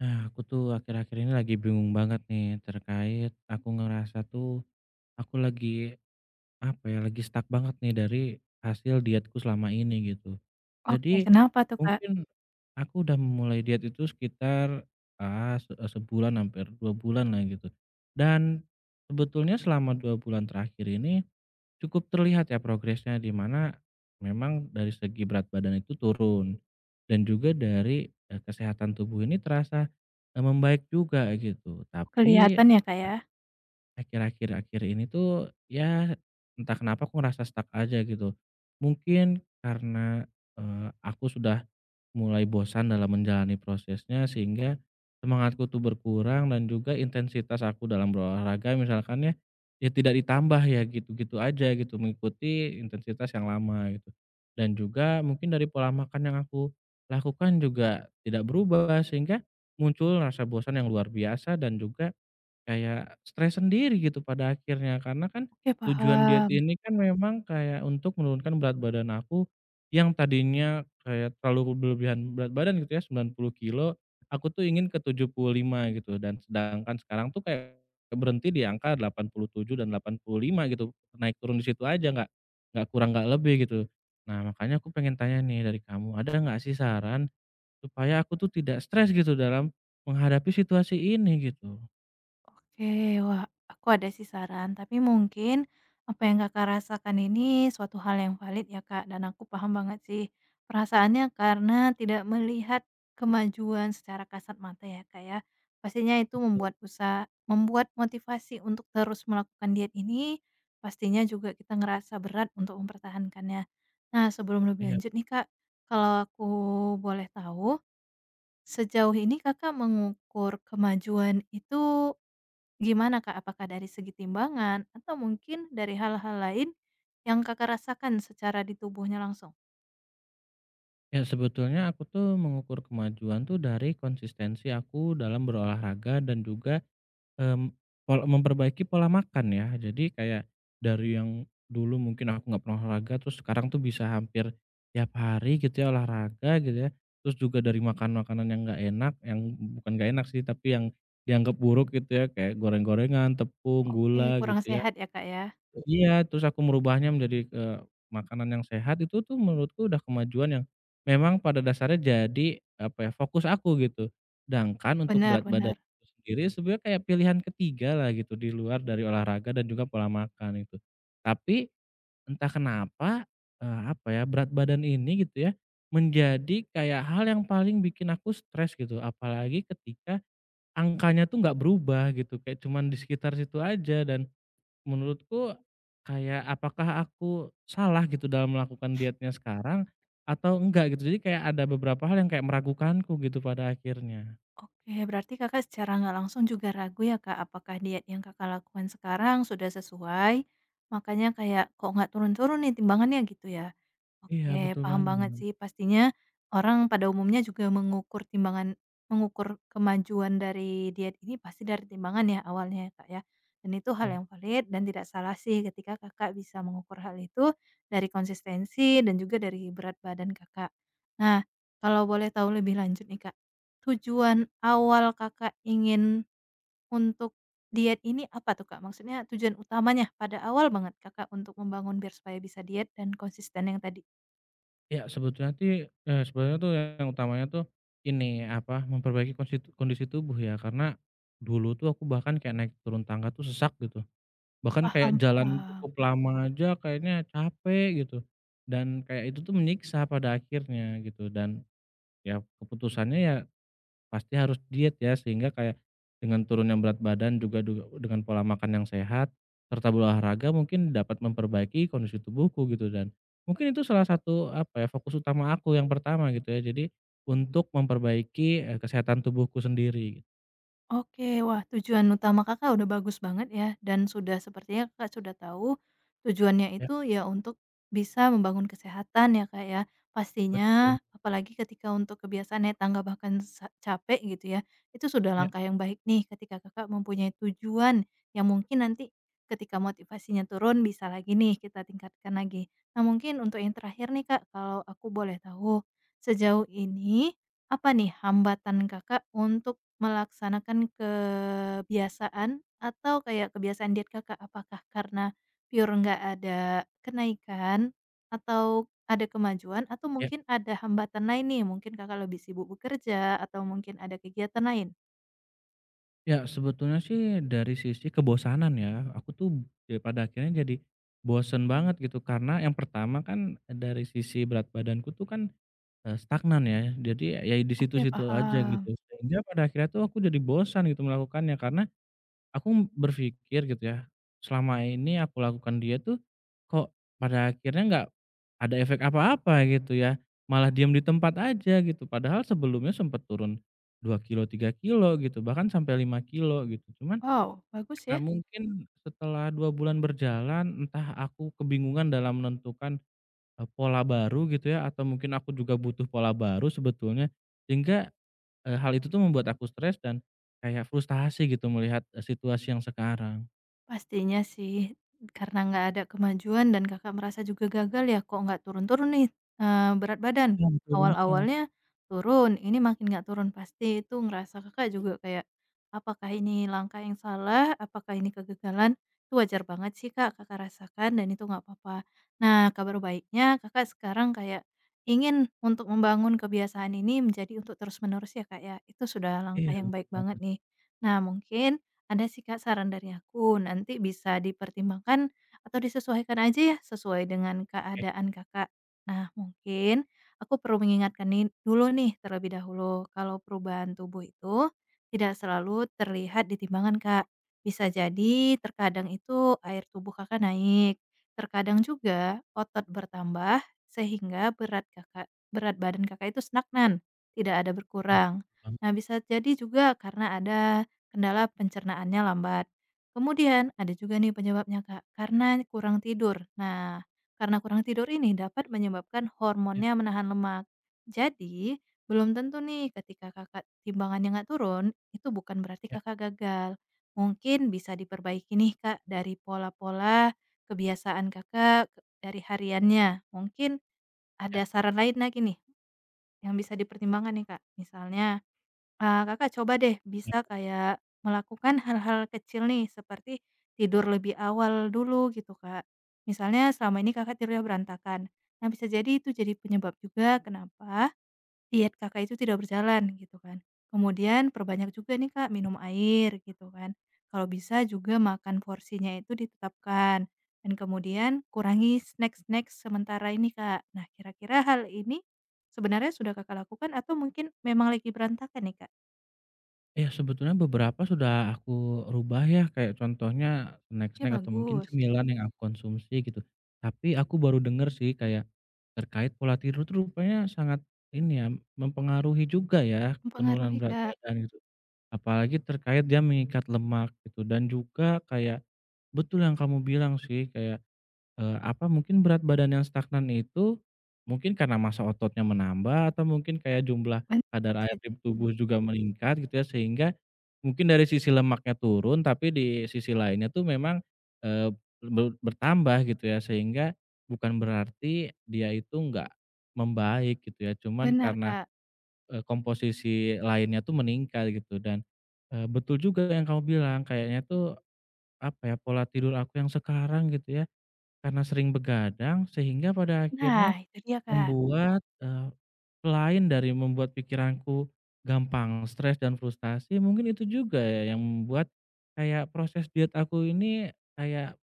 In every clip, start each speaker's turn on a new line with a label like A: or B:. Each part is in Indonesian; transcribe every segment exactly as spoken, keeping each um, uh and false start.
A: Nah, aku tuh akhir-akhir ini lagi bingung banget nih terkait aku ngerasa tuh aku lagi apa ya, lagi stuck banget nih dari hasil dietku selama ini gitu. Jadi
B: Oke, kenapa tuh, Kak?
A: mungkin aku udah mulai diet itu sekitar ah, se- eh, sebulan hampir dua bulan lah gitu. Dan sebetulnya selama dua bulan terakhir ini cukup terlihat ya progresnya di mana memang dari segi berat badan itu turun dan juga dari, eee, kesehatan tubuh ini terasa, eee, membaik juga gitu. Tapi,
B: Kelihatan ya, Kak,
A: e
B: ya?
A: Akhir-akhir akhir ini tuh ya entah kenapa aku ngerasa stuck aja gitu. Mungkin karena, eee, aku sudah mulai bosan dalam menjalani prosesnya sehingga semangatku tuh berkurang dan juga intensitas aku dalam berolahraga misalkan ya, ya tidak ditambah ya gitu-gitu aja gitu mengikuti intensitas yang lama gitu. Dan juga mungkin dari pola makan yang aku lakukan juga tidak berubah sehingga muncul rasa bosan yang luar biasa dan juga kayak stres sendiri gitu pada akhirnya, karena kan
B: Oke,
A: tujuan diet
B: paham.
A: ini kan memang kayak untuk menurunkan berat badan aku yang tadinya kayak terlalu berlebihan berat badan gitu ya, sembilan puluh kilo, aku tuh ingin ke tujuh puluh lima gitu, dan sedangkan sekarang tuh kayak berhenti di angka delapan puluh tujuh dan delapan puluh lima gitu, naik turun di situ aja nggak nggak kurang nggak lebih gitu. Nah makanya aku pengen tanya nih dari kamu, ada nggak sih saran supaya aku tuh tidak stres gitu dalam menghadapi situasi ini gitu?
B: Oke, wah, aku ada sih saran, tapi mungkin apa yang Kakak rasakan ini suatu hal yang valid ya, Kak, dan aku paham banget sih perasaannya karena tidak melihat kemajuan secara kasat mata ya, Kak, ya. Pastinya itu
A: Betul.
B: membuat usaha membuat motivasi untuk terus melakukan diet ini pastinya juga kita ngerasa berat untuk mempertahankannya. Nah, sebelum lebih
A: Iya.
B: lanjut nih, Kak, kalau aku boleh tahu sejauh ini Kakak mengukur kemajuan itu gimana, Kak? Apakah dari segi timbangan atau mungkin dari hal-hal lain yang Kakak rasakan secara di tubuhnya langsung?
A: Ya sebetulnya aku tuh mengukur kemajuan tuh dari konsistensi aku dalam berolahraga dan juga, mmm, pol memperbaiki pola makan ya. Jadi kayak dari yang dulu mungkin aku nggak pernah olahraga terus sekarang tuh bisa hampir tiap hari gitu ya olahraga gitu ya. Terus juga dari makan makanan yang nggak enak, yang bukan nggak enak sih tapi yang dianggap buruk gitu ya, kayak goreng-gorengan, tepung,
B: Oke,
A: gula
B: kurang
A: gitu ya.
B: sehat ya, Kak, ya?
A: Iya, terus aku merubahnya menjadi, eee, makanan yang sehat itu tuh menurutku udah kemajuan yang memang pada dasarnya jadi, apa ya, fokus aku gitu. Sedangkan untuk
B: Benar
A: berat badan
B: benar.
A: itu sendiri sebenarnya kayak pilihan ketiga lah gitu, di luar dari olahraga dan juga pola makan itu. Tapi entah kenapa, eee, apa ya, berat badan ini gitu ya, menjadi kayak hal yang paling bikin aku stres gitu, apalagi ketika angkanya tuh nggak berubah gitu, kayak cuman di sekitar situ aja, dan menurutku kayak apakah aku salah gitu dalam melakukan dietnya sekarang atau enggak gitu. Jadi kayak ada beberapa hal yang kayak meragukanku gitu pada akhirnya.
B: Oke, berarti Kakak secara nggak langsung juga ragu ya, Kak, apakah diet yang Kakak lakukan sekarang sudah sesuai, makanya kayak, "Kok nggak turun-turun nih timbangannya?" Gitu ya?
A: Iya,
B: Oke,
A: betul
B: paham banget
A: banget.
B: sih pastinya orang pada umumnya juga mengukur timbangan mengukur kemajuan dari diet ini pasti dari timbangan ya awalnya ya, Kak, ya. Dan itu hal
A: Ya,
B: yang valid dan tidak salah sih ketika Kakak bisa mengukur hal itu dari konsistensi dan juga dari berat badan Kakak. Nah, kalau boleh tahu lebih lanjut nih, Kak, tujuan
A: ya,
B: awal Kakak ingin untuk diet ini apa tuh, Kak? Maksudnya tujuan utamanya pada awal banget Kakak untuk membangun biar supaya bisa diet dan konsisten yang tadi?
A: ya, sebetulnya sih, eee, sebenarnya tuh yang utamanya tuh ini, apa, memperbaiki konsi kondisi tubuh ya, karena dulu tuh aku bahkan kayak naik turun tangga tuh sesak gitu. Bahkan kayak
B: Paham
A: jalan
B: paham.
A: cukup lama aja kayaknya capek gitu, dan kayak itu tuh menyiksa pada akhirnya gitu, dan ya keputusannya ya pasti harus diet ya, sehingga kayak dengan turunnya berat badan juga duga dengan pola makan yang sehat, serta berolahraga mungkin dapat memperbaiki kondisi tubuhku gitu, dan mungkin itu salah satu apa ya, fokus utama aku yang pertama gitu ya. Jadi untuk memperbaiki, eee, kesehatan tubuhku sendiri gitu.
B: Oke, wah tujuan utama Kakak udah bagus banget ya, dan sudah sepertinya Kakak sudah tahu tujuannya
A: Ya,
B: itu ya untuk bisa membangun kesehatan ya Kak ya.
A: betul.
B: Pastinya apalagi ketika untuk kebiasaan naik tangga bahkan sa- capek gitu ya, itu sudah
A: Ya,
B: langkah yang baik nih ketika Kakak mempunyai tujuan yang mungkin nanti ketika motivasinya turun bisa lagi nih kita tingkatkan lagi. Nah mungkin untuk yang terakhir nih Kak, kalau aku boleh tahu sejauh ini apa nih hambatan Kakak untuk melaksanakan kebiasaan atau kayak kebiasaan diet Kakak, apakah karena pure nggak ada kenaikan atau ada kemajuan atau
A: ya.
B: mungkin ada hambatan lain nih, mungkin Kakak lebih sibuk bekerja atau mungkin ada kegiatan lain?
A: Ya, sebetulnya sih dari sisi kebosanan ya, aku tuh ya pada akhirnya jadi bosen banget gitu, karena yang pertama kan dari sisi berat badanku tuh kan Eee, stagnan ya, jadi ya di
B: Oke,
A: situ-situ aja gitu,
B: paham.
A: sehingga pada akhirnya tuh aku jadi bosan gitu melakukannya karena aku berpikir gitu ya, selama ini aku lakukan diet tuh kok pada akhirnya nggak ada efek apa-apa gitu ya, malah diam di tempat aja gitu, padahal sebelumnya sempet turun dua kilo tiga kilo gitu, bahkan sampai lima kilo gitu, cuman
B: Wow, bagus
A: karena
B: ya.
A: mungkin setelah dua bulan berjalan entah aku kebingungan dalam menentukan Eee, pola baru gitu ya, atau mungkin aku juga butuh pola baru sebetulnya, sehingga, eee, hal itu tuh membuat aku stres dan kayak frustasi gitu melihat, eee, situasi yang sekarang.
B: Pastinya sih, karena nggak ada kemajuan dan Kakak merasa juga gagal ya, kok nggak turun-turun nih, eee, berat badan.
A: Iya, betul banget.
B: Awal-awalnya turun, ini makin nggak turun, pasti itu ngerasa Kakak juga kayak, "Apakah ini langkah yang salah? Apakah ini kegagalan?" Itu wajar banget sih, Kak, Kakak rasakan dan itu nggak apa-apa. Nah, kabar baiknya Kakak sekarang kayak ingin untuk membangun kebiasaan ini menjadi untuk terus-menerus ya, Kak, ya. Itu sudah
A: Iya,
B: langkah yang
A: betul
B: baik banget
A: banget.
B: nih. Nah, mungkin ada sih Kak saran dari aku, nanti bisa dipertimbangkan atau disesuaikan aja ya sesuai dengan
A: Oke.
B: keadaan Kakak. Nah mungkin aku perlu mengingatkan nih dulu nih terlebih dahulu kalau perubahan tubuh itu tidak selalu terlihat di timbangan Kak. Bisa jadi terkadang itu air tubuh Kakak naik, terkadang juga otot bertambah sehingga berat Kakak berat badan Kakak itu stagnan, tidak ada
A: Wah.
B: berkurang.
A: Banget.
B: Nah bisa jadi juga karena ada kendala pencernaannya lambat. Kemudian ada juga nih penyebabnya Kak, karena kurang tidur. Nah, karena kurang tidur ini dapat menyebabkan
A: Ya,
B: hormonnya menahan lemak. Jadi, belum tentu nih ketika kakak timbangannya nggak turun, itu bukan berarti
A: ya,
B: kakak gagal. Mungkin bisa diperbaiki nih kak dari pola-pola kebiasaan kakak ke- dari hariannya. Mungkin
A: ya.
B: ada saran lain lagi nih yang bisa dipertimbangkan nih kak. Misalnya Eee, Kakak coba deh bisa kayak melakukan hal-hal kecil nih seperti tidur lebih awal dulu gitu, Kak. Misalnya selama ini Kakak tidurnya berantakan. Nah bisa jadi itu jadi penyebab juga kenapa diet Kakak itu tidak berjalan gitu kan. Kemudian perbanyak juga nih, Kak, minum air gitu kan. Kalau bisa juga makan porsinya itu ditetapkan dan kemudian kurangi snack-snack sementara ini, Kak. Nah kira-kira hal ini sebenarnya sudah Kakak lakukan atau mungkin memang lagi berantakan nih, Kak?
A: Ya sebetulnya beberapa sudah aku rubah ya, kayak contohnya
B: Oke
A: snack-snack atau mungkin
B: bagus,
A: cemilan yang aku konsumsi gitu, tapi aku baru denger sih kayak, terkait pola tidur tuh rupanya sangat ini ya, mempengaruhi juga ya penurunan
B: mempengaruhi
A: berat
B: Kak,
A: badan gitu. Apalagi terkait dia mengikat lemak gitu, dan juga kayak betul yang kamu bilang sih kayak, eee, apa, mungkin berat badan yang stagnan itu mungkin karena massa ototnya menambah atau mungkin kayak jumlah
B: ben
A: kadar air
B: bisa
A: di tubuh
B: jadi.
A: juga meningkat gitu ya, sehingga mungkin dari sisi lemaknya turun tapi di sisi lainnya tuh memang, eee, be bertambah gitu ya, sehingga bukan berarti dia itu nggak membaik gitu ya, cuman
B: Benar
A: karena
B: Kak,
A: Eee, komposisi lainnya tuh meningkat gitu dan, eee, betul juga yang kamu bilang kayaknya tuh, apa ya, pola tidur aku yang sekarang gitu ya, karena sering begadang sehingga pada
B: nah
A: akhirnya
B: itu dia Kak.
A: membuat, eee, selain dari membuat pikiranku gampang stres dan frustasi, mungkin itu juga ya yang membuat kayak proses diet aku ini kayak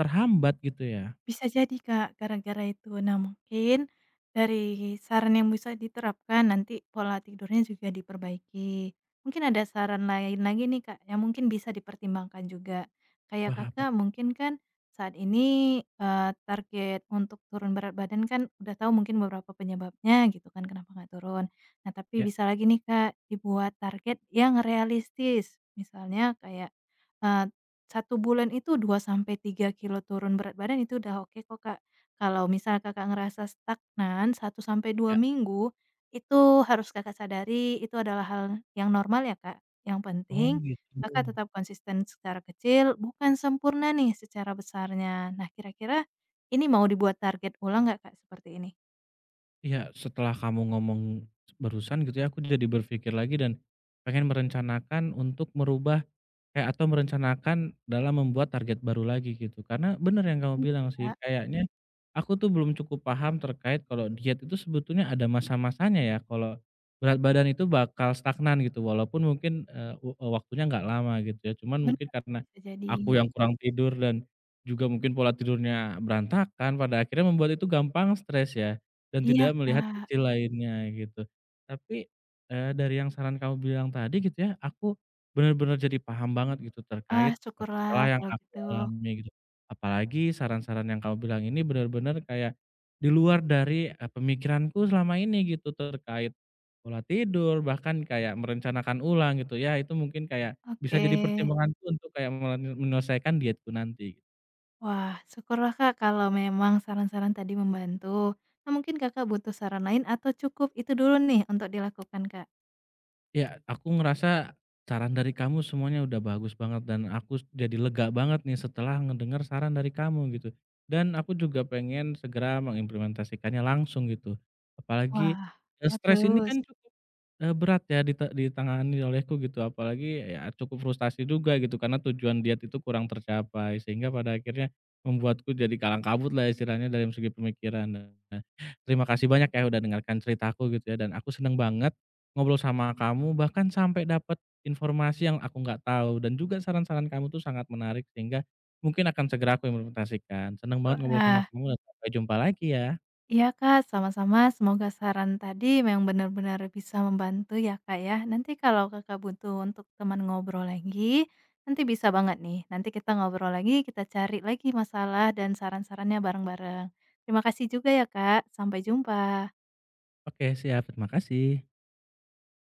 A: terhambat gitu ya?
B: Bisa jadi, Kak, gara-gara itu. Nah, mungkin dari saran yang bisa diterapkan nanti pola tidurnya juga diperbaiki. Mungkin ada saran lain lagi nih, Kak, yang mungkin bisa dipertimbangkan juga. Kayak
A: Wah apa.
B: Kakak mungkin kan saat ini, eee, target untuk turun berat badan kan udah tahu mungkin beberapa penyebabnya gitu kan kenapa nggak turun. Nah, tapi
A: Ya,
B: bisa lagi nih, Kak, dibuat target yang realistis. Misalnya kayak, satu bulan itu dua sampai tiga kilo turun berat badan itu udah oke kok, Kak. Kalau misal Kakak ngerasa stagnan satu sampai dua
A: ya,
B: minggu, itu harus Kakak sadari itu adalah hal yang normal ya, Kak. Yang
A: oh
B: penting
A: gitu.
B: Kakak tetap konsisten secara kecil, bukan sempurna nih secara besarnya. Nah, kira-kira ini mau dibuat target ulang nggak, Kak, seperti ini?
A: Iya, setelah kamu ngomong barusan gitu ya, aku jadi berpikir lagi dan pengen merencanakan untuk merubah kayak atau merencanakan dalam membuat target baru lagi gitu. Karena bener yang kamu
B: Mmm,
A: bilang sih,
B: Kak,
A: kayaknya aku tuh belum cukup paham terkait kalau diet itu sebetulnya ada masa-masanya ya, kalau berat badan itu bakal stagnan gitu, walaupun mungkin, eee, u waktunya nggak lama gitu ya. Cuman
B: bener,
A: mungkin
B: Kak,
A: karena
B: bisa jadi.
A: aku yang kurang tidur dan juga mungkin pola tidurnya berantakan, pada akhirnya membuat itu gampang stres ya. Dan
B: Iya,
A: tidak melihat
B: Kak.
A: sisi lainnya gitu. Tapi, eee, dari yang saran kamu bilang tadi gitu ya, aku benar-benar jadi paham banget gitu
B: Ah,
A: terkait
B: syukurlah
A: masalah yang
B: kalau
A: aku
B: gitu.
A: alami gitu. Apalagi saran-saran yang kamu bilang ini benar-benar kayak di luar dari, eee, pemikiranku selama ini gitu terkait pola tidur, bahkan kayak merencanakan ulang gitu ya, itu mungkin kayak bisa
B: Oke.
A: jadi pertimbanganku untuk kayak melen menyelesaikan dietku nanti.
B: Wah, syukurlah Kak kalau memang saran-saran tadi membantu. Nah, mungkin Kakak butuh saran lain atau cukup itu dulu nih untuk dilakukan, Kak?
A: Ya, aku ngerasa saran dari kamu semuanya udah bagus banget dan aku s- jadi lega banget nih setelah ngedengar saran dari kamu gitu. Dan aku juga pengen segera mengimplementasikannya langsung gitu. Apalagi
B: Wah,
A: eh, stres ini
B: bagus.
A: kan cukup Eee, berat ya dite ditangani olehku gitu, apalagi ya cukup frustasi juga gitu karena tujuan diet itu kurang tercapai, sehingga pada akhirnya membuatku jadi kalang kabutlah istilahnya dalam segi pemikiran. Nah, terima kasih banyak ya udah dengarkan ceritaku gitu ya, dan aku seneng banget ngobrol sama kamu, bahkan sampai dapat informasi yang aku nggak tahu dan juga saran-saran kamu tuh sangat menarik sehingga mungkin akan segera aku implementasikan. Seneng banget ngobrol
B: Wah,
A: sama kamu dan sampai jumpa lagi ya.
B: iya Kak, sama-sama. Semoga saran tadi memang benar-benar bisa membantu ya Kak ya. Nanti kalau Kakak butuh untuk teman ngobrol lagi, nanti bisa banget nih. Nanti kita ngobrol lagi, kita cari lagi masalah dan saran-sarannya bareng-bareng. Terima kasih juga ya Kak. Sampai jumpa.
A: Oke siap, terima kasih.